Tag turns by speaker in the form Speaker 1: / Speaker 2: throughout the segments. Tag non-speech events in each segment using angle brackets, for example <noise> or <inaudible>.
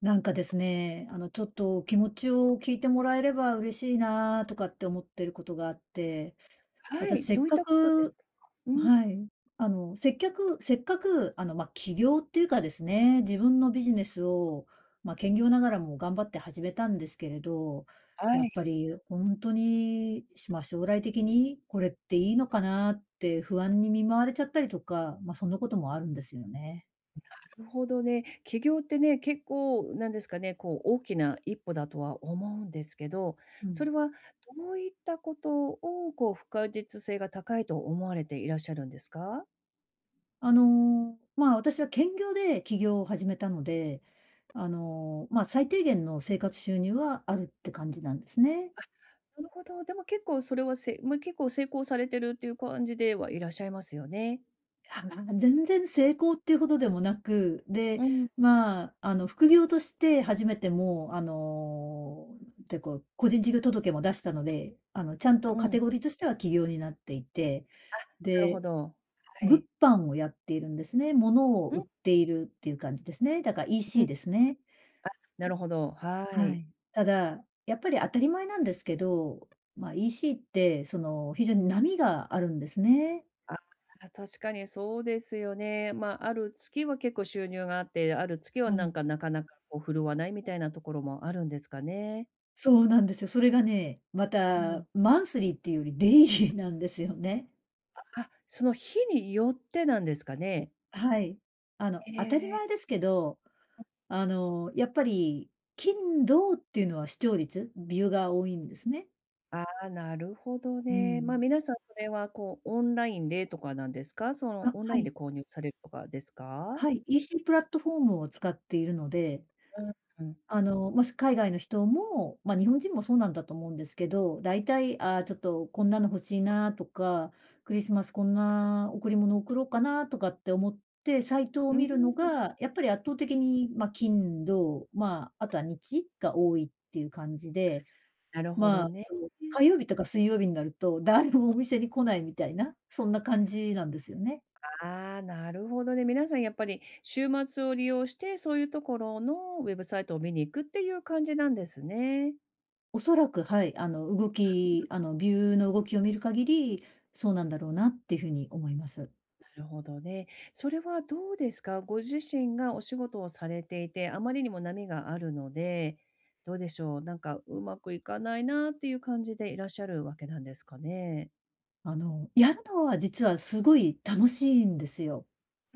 Speaker 1: なんかですね、ちょっと気持ちを聞いてもらえれば嬉しいなとかって思ってることがあって、
Speaker 2: は
Speaker 1: 私
Speaker 2: い、
Speaker 1: せ
Speaker 2: ど
Speaker 1: っ
Speaker 2: ういっ
Speaker 1: か
Speaker 2: たことです
Speaker 1: く
Speaker 2: か？うん、
Speaker 1: はい。せっかく、まあ、起業っていうかですね、自分のビジネスを、まあ、兼業ながらも頑張って始めたんですけれど、
Speaker 2: は
Speaker 1: やっぱ
Speaker 2: い、
Speaker 1: り本当に、まあ、将来的にこれっていいのかなって不安に見舞われちゃったりとか、まあ、そんなこともあるんですよね。
Speaker 2: なるほどね。起業ってね、結構なんですかね、こう大きな一歩だとは思うんですけど、
Speaker 1: う
Speaker 2: それ
Speaker 1: ん。
Speaker 2: はどういったことをこう不確実性が高いと思われていらっしゃるんですか？
Speaker 1: まあ、私は兼業で起業を始めたので、まあ、最低限の生活収入はあるって感じなんですね。
Speaker 2: なるほど、でも結構それはまあ、結構成功されてるっていう感じではいらっしゃいますよね。
Speaker 1: あ、まあ、全然成功っていうほどでもなく、で、
Speaker 2: うん、
Speaker 1: まあ、副業として初めてもう、で、こう、個人事業届も出したので、ちゃん
Speaker 2: う
Speaker 1: とカ
Speaker 2: ん。
Speaker 1: テゴリーとしては起業になっていて、
Speaker 2: あ、なるほ
Speaker 1: で、
Speaker 2: ど。は
Speaker 1: 物
Speaker 2: い。
Speaker 1: 販をやっているんですね。物を
Speaker 2: う
Speaker 1: 売
Speaker 2: ん、
Speaker 1: っているっていう感じですね。だから
Speaker 2: うん。
Speaker 1: EC
Speaker 2: あ、
Speaker 1: ですね。
Speaker 2: なるほど、は
Speaker 1: は
Speaker 2: い。
Speaker 1: い。ただ、やっぱり当たり前なんですけど、まあ、EC ってその、非常に波があるんですね。
Speaker 2: あ、確かにそうですよね。まあ、ある月は結構収入があって、ある月は
Speaker 1: は
Speaker 2: なん
Speaker 1: い。
Speaker 2: かなかなかこう振るわないみたいなところもあるんですかね。
Speaker 1: そうなんですよ。それがね、ま
Speaker 2: う
Speaker 1: た
Speaker 2: ん。
Speaker 1: マンスリーっていうよりデイリーなんですよね。
Speaker 2: あ、その日によってなんですかね。
Speaker 1: はい。当たり
Speaker 2: え
Speaker 1: 前
Speaker 2: え。
Speaker 1: ですけど、やっぱり金土っていうのは視聴率、ビューが多いんですね。
Speaker 2: ああ、なるほど
Speaker 1: う
Speaker 2: ね。まあ、
Speaker 1: ん。
Speaker 2: 皆さんそれはこうオンラインでとかなんですか？その
Speaker 1: あ、
Speaker 2: オンラ
Speaker 1: は
Speaker 2: インで
Speaker 1: い。
Speaker 2: 購入されるとかですか？
Speaker 1: はい、EC プラットフォームを使っているので
Speaker 2: うん、うん。
Speaker 1: まあ、海外の人も、まあ、日本人もそうなんだと思うんですけど、大体、ああ、ちょっとこんなの欲しいなとか、クリスマスこんな贈り物贈ろうかなとかって思って、サイトを
Speaker 2: うん、
Speaker 1: 見るのが、やっぱり圧倒的に、まあ、金、土、まあ、あとは日が多いっていう感じで、
Speaker 2: なるほ
Speaker 1: ま
Speaker 2: ど
Speaker 1: あ、
Speaker 2: ね。
Speaker 1: その、火曜日とか水曜日になると、誰もお店に来ないみたいな、そんな感じなんですよね。
Speaker 2: ああ、なるほどね。皆さんやっぱり週末を利用して、そういうところのウェブサイトを見に行くっていう感じなんですね。
Speaker 1: おそらく、はい、あの、動きあの、ビューの動きを見る限り、そうなんだろうなっていうふうに思います。
Speaker 2: なるほどね。それはどうですか？ご自身がお仕事をされていて、あまりにも波があるので、どうでしょう、なんかうまくいかないなっていう感じでいらっしゃるわけなんですかね？
Speaker 1: やるのは実はすごい楽しいんですよ。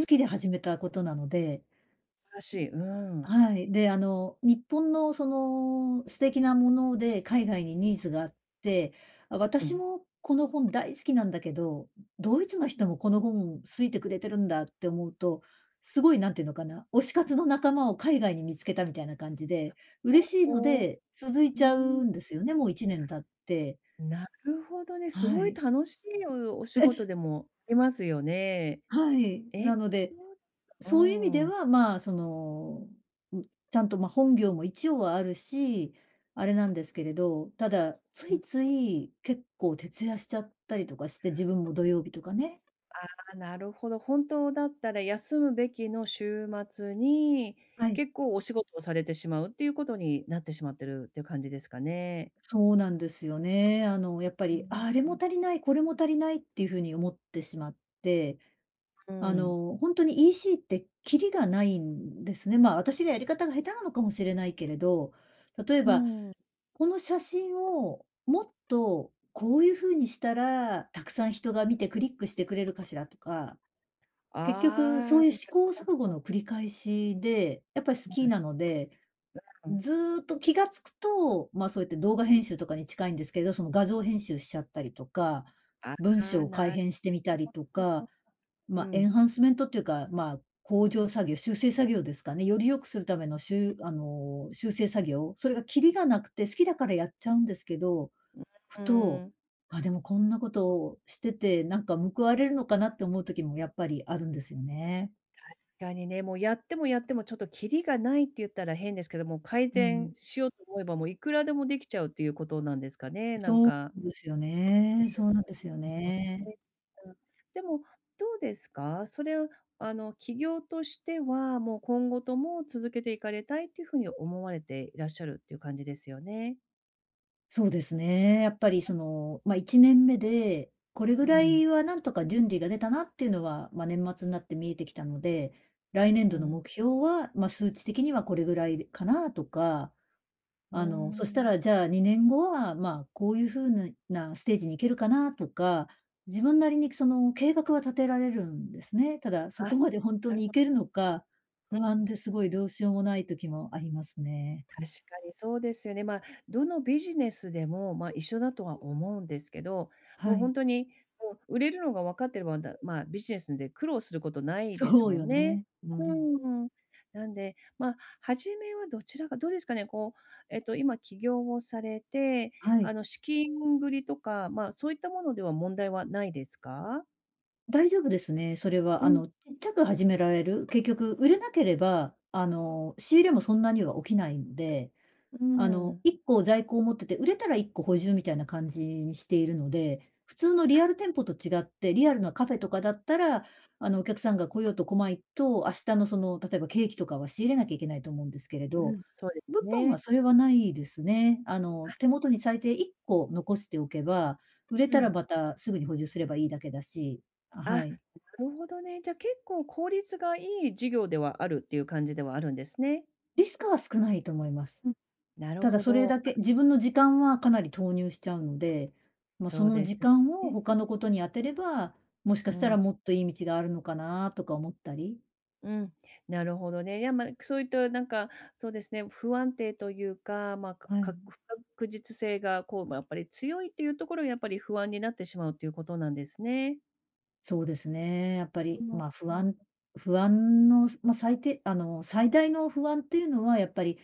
Speaker 1: 好きで始めたことなので。
Speaker 2: 素晴らしい。うん。
Speaker 1: はい。で、日本のその素敵なもので海外にニーズがあって、あ、
Speaker 2: う
Speaker 1: 私
Speaker 2: ん。
Speaker 1: もこの本大好きなんだけど、ドイツの人もこの本好いてくれてるんだって思うと、すごいなんていうのかな、推し活の仲間を海外に見つけたみたいな感じで、嬉しいの
Speaker 2: おー、
Speaker 1: で続い
Speaker 2: う
Speaker 1: ちゃ
Speaker 2: ん。
Speaker 1: うんですよね、もう1年経って。
Speaker 2: なるほどね。す
Speaker 1: は
Speaker 2: ごい
Speaker 1: い。
Speaker 2: 楽しいお仕事でもありますよね。
Speaker 1: はい。
Speaker 2: え、
Speaker 1: なの
Speaker 2: そ
Speaker 1: で
Speaker 2: うですか。う
Speaker 1: そういう意味で
Speaker 2: ん。あ、
Speaker 1: は、まあ、その、ちゃんと、まあ、本業も一応はあるし、あれなんですけれど、ただ、つ
Speaker 2: うん、
Speaker 1: いつい結構徹夜しちゃったりとかして、自分も土曜日とかね。
Speaker 2: あ、なるほど。本当だったら休むべきの週末に、
Speaker 1: はい。
Speaker 2: 結構お仕事をされてしまうっていうことになってしまってるっていう感じですかね。
Speaker 1: そうなんですよね。やっぱ
Speaker 2: う
Speaker 1: り、
Speaker 2: ん。
Speaker 1: あ、あれも足りない、これも足りないっていう風に思ってしまって、
Speaker 2: うん。
Speaker 1: 本当に EC ってキリがないんですね。まあ、私がやり方が下手なのかもしれないけれど、例え
Speaker 2: う
Speaker 1: ば
Speaker 2: ん。
Speaker 1: この写真をもっとこういう風にしたら、たくさん人が見てクリックしてくれるかしらとか、結局そ
Speaker 2: あ
Speaker 1: ういう試
Speaker 2: あ、
Speaker 1: 行錯誤の繰り返しで、やっぱり好きなので、
Speaker 2: な
Speaker 1: ずっと気が付くと、まあ、そうやって動画編集とかに近いんですけど、その画像編集しちゃったりとか、
Speaker 2: あ
Speaker 1: 文
Speaker 2: あ、
Speaker 1: 章を改
Speaker 2: なる
Speaker 1: 変してみたりと
Speaker 2: ほ
Speaker 1: か
Speaker 2: ど。う
Speaker 1: まあ、エ
Speaker 2: ん。
Speaker 1: ンハンスメントっていうか、まあ、向上作業、修正作業ですかね。より良くするためのしゅあの、修正作業、それがキリがなくて好きだからやっちゃうんですけど、
Speaker 2: う
Speaker 1: ふと、
Speaker 2: ん。
Speaker 1: あ、でもこんなことをしてて、なんか報われるのかなって思う時もやっぱりあるんですよね。
Speaker 2: 確かにね、もうやってもやってもちょっとキリがないって言ったら変ですけども、改
Speaker 1: う
Speaker 2: 善
Speaker 1: ん。
Speaker 2: しようと思えば、もういくらでもできちゃうっていうことなんですかね、なん
Speaker 1: そう
Speaker 2: か。
Speaker 1: ですよね。そうなんですよ
Speaker 2: そう
Speaker 1: ね。
Speaker 2: です。うん。でも、どうですか？それを、あの、起業としては、もう今後とも続けていかれたいっていうふうに思われていらっしゃるっていう感じですよね？
Speaker 1: そうですね。やっぱりその、まあ、1年目で、これ
Speaker 2: う
Speaker 1: ぐら
Speaker 2: ん、
Speaker 1: いはなんとか準備が出たなっていうのは、まあ、年末になって見えてきたので、来年
Speaker 2: う
Speaker 1: 度の
Speaker 2: ん。
Speaker 1: 目標は、まあ、数値的にはこれぐらいかなとか、
Speaker 2: うー
Speaker 1: そした
Speaker 2: ん。
Speaker 1: らじゃあ2年後は、まあ、こういう風なステージに行けるかなとか、自分なりにその計画は立てられるんですね。ただ、
Speaker 2: あ、
Speaker 1: そこまで本当
Speaker 2: なる
Speaker 1: に
Speaker 2: ほ
Speaker 1: 行ける
Speaker 2: ど、
Speaker 1: のか、不安ですごいどうしようもない時もありますね。
Speaker 2: 確かにそうですよね。まあ、どのビジネスでも、まあ、一緒だとは思うんですけど、も
Speaker 1: は
Speaker 2: う
Speaker 1: い。
Speaker 2: 本当に、もう売れるのが分かってれば、だ、まあ、ビジネスで苦労することないです
Speaker 1: そう
Speaker 2: もん
Speaker 1: よ
Speaker 2: ね。
Speaker 1: ね。う
Speaker 2: う
Speaker 1: ん。
Speaker 2: ん。なんで、まあ、初めはどちらか、どうですかね、こう、今、起業をされて、
Speaker 1: は
Speaker 2: あ
Speaker 1: い。
Speaker 2: の、資金繰りとか、まあ、そういったものでは問題はないですか。
Speaker 1: 大丈夫ですね、それは。
Speaker 2: うん。
Speaker 1: ちっちゃく始められる。結局売れなければ、仕入れもそんなには起きないんで。
Speaker 2: うん。
Speaker 1: 1個在庫を持ってて、売れたら1個補充みたいな感じにしているので、普通のリアル店舗と違って、リアルなカフェとかだったら、お客さんが来ようと来まいと、明日のその、例えばケーキとかは仕入れなきゃいけないと思うんですけれ
Speaker 2: う
Speaker 1: ど、
Speaker 2: ん、そうです
Speaker 1: 物販
Speaker 2: ね。
Speaker 1: はそれはないですね。手元に最低1個残しておけば、売れ
Speaker 2: う
Speaker 1: たら
Speaker 2: ん。
Speaker 1: またすぐに補充すればいいだけだし、あ、
Speaker 2: あ、な
Speaker 1: はい。
Speaker 2: るほどね。じゃ、あ、結構効率がいい授業ではあるっていう感じではあるんですね。
Speaker 1: リスクは少ないと思います。
Speaker 2: うん。なる
Speaker 1: ただ
Speaker 2: ほ
Speaker 1: それ
Speaker 2: ど。
Speaker 1: だけ、自分の時間はかなり投入しちゃうので、ま、そ
Speaker 2: そう
Speaker 1: の
Speaker 2: です
Speaker 1: 時間を
Speaker 2: ね。
Speaker 1: 他のことに当てれば、もしか
Speaker 2: う
Speaker 1: した
Speaker 2: ん、
Speaker 1: らもっといい道があるのかなとか思ったり、
Speaker 2: うん。なるほどね。いや、まあ、そういったなんか、そうですね、不安定というか、まあ、か
Speaker 1: は
Speaker 2: か
Speaker 1: い。
Speaker 2: 不確実性がこう、ま、やっぱり強いっていうところがやっぱり不安になってしまうということなんですね。
Speaker 1: そうですね、やっぱ
Speaker 2: う
Speaker 1: り、
Speaker 2: ん。う
Speaker 1: ま、不安
Speaker 2: ん、
Speaker 1: 不安の、ま、最大の不安っていうのはやっぱり、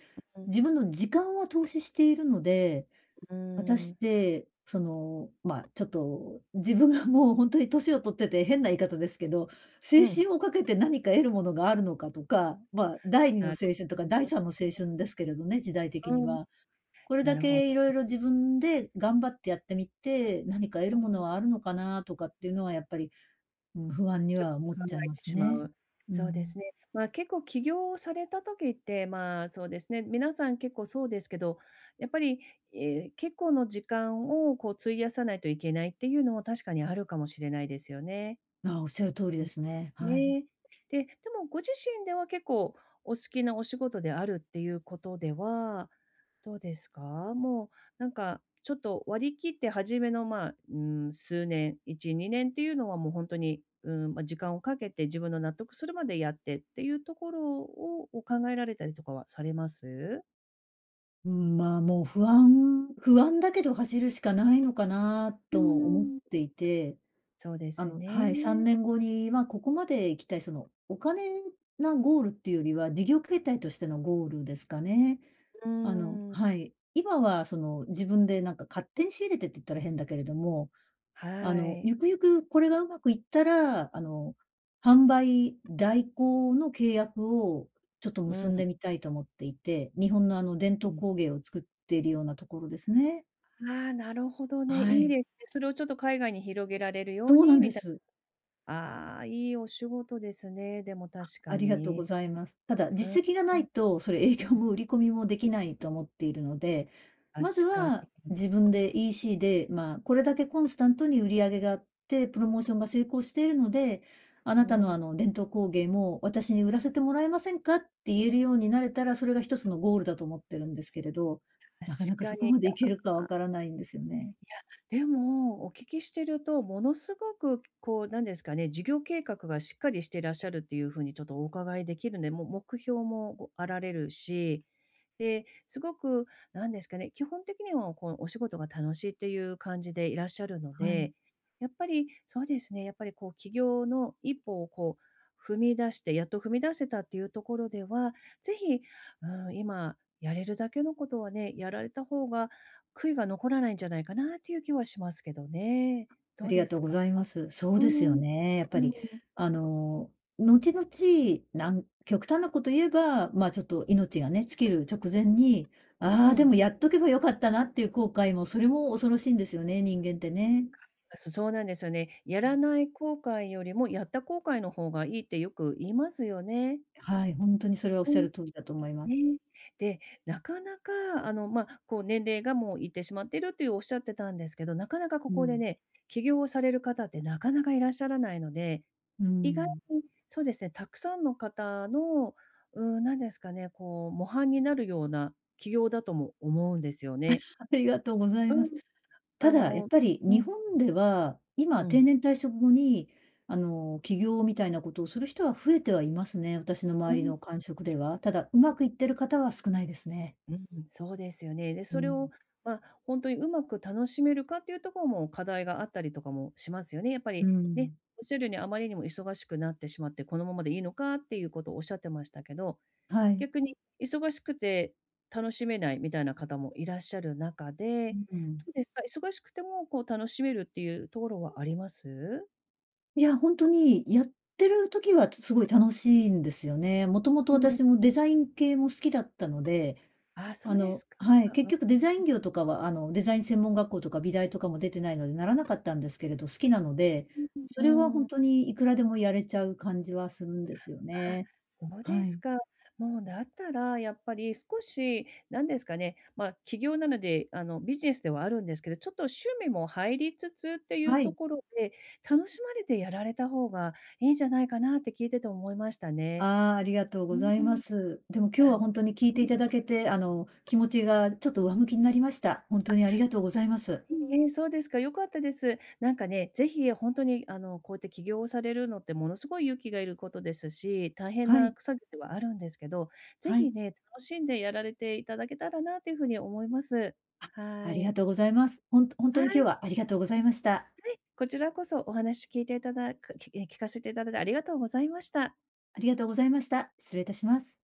Speaker 1: 自
Speaker 2: う
Speaker 1: 分の時間を投資しているので
Speaker 2: ん、う
Speaker 1: 私っ
Speaker 2: ん。
Speaker 1: て、その、まあ、ちょっと、自分が <laughs> もう本当に年を取ってて変な言い方ですけど、
Speaker 2: う
Speaker 1: 青
Speaker 2: ん。
Speaker 1: 春をかけて何か得るものがあるのかとか、まあ、第二の
Speaker 2: なる
Speaker 1: 青春とか
Speaker 2: ほ
Speaker 1: 第三
Speaker 2: ど。
Speaker 1: の青春ですけれどね、時代的
Speaker 2: う
Speaker 1: に
Speaker 2: ん。
Speaker 1: は。これ
Speaker 2: な
Speaker 1: だ
Speaker 2: るほど。
Speaker 1: けいろいろ自分で頑張ってやってみて、何か得るものはあるのかなとかっていうのはやっぱり、うん、不安には思っ
Speaker 2: 考
Speaker 1: ちゃい
Speaker 2: え
Speaker 1: ま
Speaker 2: て
Speaker 1: す
Speaker 2: しま
Speaker 1: ね。
Speaker 2: う。
Speaker 1: う
Speaker 2: そうです
Speaker 1: ん。
Speaker 2: ね。まあ、結構起業をされた時って、まあ、そうですね、皆さん結構そうですけど、やっぱり、結構の時間をこう費やさないといけないっていうのも確かにあるかもしれないですよね。
Speaker 1: あ、おっしゃる通りですね。はい。
Speaker 2: ね。で、でもご自身では結構お好きなお仕事であるっていうことでは、どうですか？もう、なんかちょっと割り切って初めの、まあ、うん、数年、1、2年っていうのはもう本当に、うん、まあ、時間をかけて自分の納得するまでやってっていうところを、お考えられたりとかはされます？
Speaker 1: うん、まあ、もう不安不安だけど走るしかないのかな
Speaker 2: うー
Speaker 1: とも思っ
Speaker 2: ん。
Speaker 1: ていて、
Speaker 2: そうです
Speaker 1: はい、3
Speaker 2: ね。
Speaker 1: 年後に、ま、ここまで行きたい、その、お金なゴールっていうよりは、事業形態としてのゴールですかね。
Speaker 2: うん。
Speaker 1: はい。今はその、自分でなんか勝手に仕入れてって言ったら変だけれども、
Speaker 2: はい。
Speaker 1: ゆくゆくこれがうまくいったら、販売代行の契約をちょっと
Speaker 2: う
Speaker 1: 結
Speaker 2: ん。
Speaker 1: んでみたいと思っていて、日本のあの伝
Speaker 2: う
Speaker 1: 統
Speaker 2: ん。
Speaker 1: 工芸を作っているようなところですね。
Speaker 2: ああ、なるほどね、
Speaker 1: は
Speaker 2: いい
Speaker 1: い。
Speaker 2: ですね。それをちょっと海外に広げられるよう
Speaker 1: そうな
Speaker 2: に
Speaker 1: んで
Speaker 2: みたい
Speaker 1: す。
Speaker 2: な。ああ、いいお仕事ですね、でも確か
Speaker 1: ありがとう
Speaker 2: に。
Speaker 1: ございます。ただ、
Speaker 2: うん、
Speaker 1: 実績がないと、それ営業も売り込みもできないと思っているので、
Speaker 2: 確
Speaker 1: まず
Speaker 2: かに。
Speaker 1: は自分で EC で、まあ、これだけコンスタントに売り上げがあって、プロモーションが成功しているので、あ
Speaker 2: う
Speaker 1: なた
Speaker 2: ーん、
Speaker 1: のあの伝統工芸も私に売らせてもらえませんかって言えるようになれたら、それが一つのゴールだと思ってるんですけれど、なかな
Speaker 2: 確
Speaker 1: か
Speaker 2: か
Speaker 1: そこ
Speaker 2: に。い
Speaker 1: まで
Speaker 2: や、
Speaker 1: いけるかわからないんですよね。
Speaker 2: でも、お聞きしてると、ものすごくこう、なんですかね、事業計画がしっかりしていらっしゃるっていう風にちょっとお伺いできるんで、もう目標もごあられるし、で、すごくなんですかね、基本的にはこうお仕事が楽しいっていう感じでいらっしゃるの
Speaker 1: はい。
Speaker 2: で、やっぱりそうですね、やっぱりこう起業の一歩をこう踏み出して、やっと踏み出せたっていうところでは、ぜひ、うん、今やれるだけのことはね、やられた方が悔いが残らないんじゃないかなっていう気はしますけどね。ど
Speaker 1: あ
Speaker 2: う
Speaker 1: り
Speaker 2: で
Speaker 1: がと
Speaker 2: す
Speaker 1: うご
Speaker 2: か？
Speaker 1: ざいます。そう
Speaker 2: う
Speaker 1: ですよ
Speaker 2: ん、
Speaker 1: ね。やっ
Speaker 2: う
Speaker 1: ぱ
Speaker 2: ん、
Speaker 1: り、後々、極端なこと言えば、まあ、ちょっと命がね、尽きる直前に、
Speaker 2: う
Speaker 1: ああ、で
Speaker 2: ん。
Speaker 1: もやっとけばよかったなっていう後悔も、それも恐ろしいんですよね、人間ってね。
Speaker 2: そうなんですよね。やらない後悔よりも、やった後悔の方がいいってよく言いますよね。
Speaker 1: はい、ほんとにそれはおっ
Speaker 2: う
Speaker 1: しゃ
Speaker 2: ん、
Speaker 1: る通りだと思います。
Speaker 2: ね。で、なかなかあの、まあ、こう年齢がもういってしまっているっていうおっしゃってたんですけど、なかなかこ
Speaker 1: う
Speaker 2: こで
Speaker 1: ん。
Speaker 2: ね、起業をされる方ってなかなかいらっしゃらないので、
Speaker 1: う
Speaker 2: 意外
Speaker 1: ん。
Speaker 2: に、そうですね、たくさんの方の、うーん、なんですかね、こう、模範になるような起業だとも思うんですよね。
Speaker 1: <laughs> ありがとうござい
Speaker 2: う
Speaker 1: ます。
Speaker 2: ん、
Speaker 1: た
Speaker 2: あ
Speaker 1: だ、やっ
Speaker 2: の、
Speaker 1: ぱり
Speaker 2: う
Speaker 1: 日
Speaker 2: ん、
Speaker 1: 本では、
Speaker 2: う
Speaker 1: 今、定
Speaker 2: ん、
Speaker 1: 年退職後に、起業みたいなことをする人は増えてはいますね、私の
Speaker 2: う
Speaker 1: 周り
Speaker 2: ん、
Speaker 1: の感触では。ただ、うまくいってる方は少ないですね。
Speaker 2: うん、そうですよね。で、
Speaker 1: う
Speaker 2: それ
Speaker 1: ん。
Speaker 2: を、まあ、ほんとにうまく楽しめるかっていうところも課題があったりとかもしますよね。やっぱ
Speaker 1: う
Speaker 2: りね、
Speaker 1: ん。
Speaker 2: おっしゃるようにあまりにも忙しくなってしまって、このままでいいのかっていうことをおっしゃってましたけど、
Speaker 1: はい。
Speaker 2: 逆に忙しくて楽しめないみたいな方もいらっしゃる中で、
Speaker 1: うん。
Speaker 2: どうですか？忙しくてもこう楽しめるっていうところはあります？
Speaker 1: いや、ほんとにやってる時は、すごい楽しいんですよね。もともと
Speaker 2: うん。
Speaker 1: 私もデザイン系も好きだったので
Speaker 2: あ、そうですか。
Speaker 1: はい、結
Speaker 2: う
Speaker 1: 局デザイン業とかは、デザイン専門学校とか美大とかも出てないのでならなかったんですけれど、好きなので、
Speaker 2: ん。
Speaker 1: それはほ
Speaker 2: う
Speaker 1: ん
Speaker 2: ん。
Speaker 1: とにいくらでもやれちゃう感じはするんですよ
Speaker 2: あ、
Speaker 1: ね。
Speaker 2: そうで
Speaker 1: は
Speaker 2: す
Speaker 1: い。
Speaker 2: か。もうだったらやっぱり少しなんですかね、まあ、起業なので、あの、ビジネスではあるんですけど、ちょっと趣味も入りつつっていう
Speaker 1: は
Speaker 2: と
Speaker 1: い。
Speaker 2: ころで、楽しまれてやられた方がいいんじゃないかなって聞いてて思いましたね。
Speaker 1: ああ、ありがとうご
Speaker 2: うん。
Speaker 1: ざいます。でも今日
Speaker 2: あ
Speaker 1: は
Speaker 2: の、
Speaker 1: ほんとに聞いていただけて、気持ちがちょっと上向きになりました。ほんとにありがとうございます。
Speaker 2: ええ、そうですか、良かったです。なんかね、ぜひ本当にあの、こうやって起業をされるのってものすごい勇気がいることですし、大変
Speaker 1: は
Speaker 2: な
Speaker 1: い、
Speaker 2: 作業ではあるんですけど、ぜ
Speaker 1: は
Speaker 2: ひ
Speaker 1: い、
Speaker 2: ね、楽しんでやられていただけたらなというふうに思います。は
Speaker 1: ありが
Speaker 2: い。
Speaker 1: とうございます。ほんとほん
Speaker 2: は
Speaker 1: とに今日
Speaker 2: い、
Speaker 1: はありがとうございました。
Speaker 2: こちらこそお話聞いていただく聞かせていただいてありがとうございました。
Speaker 1: ありがとうございました。失礼いたします。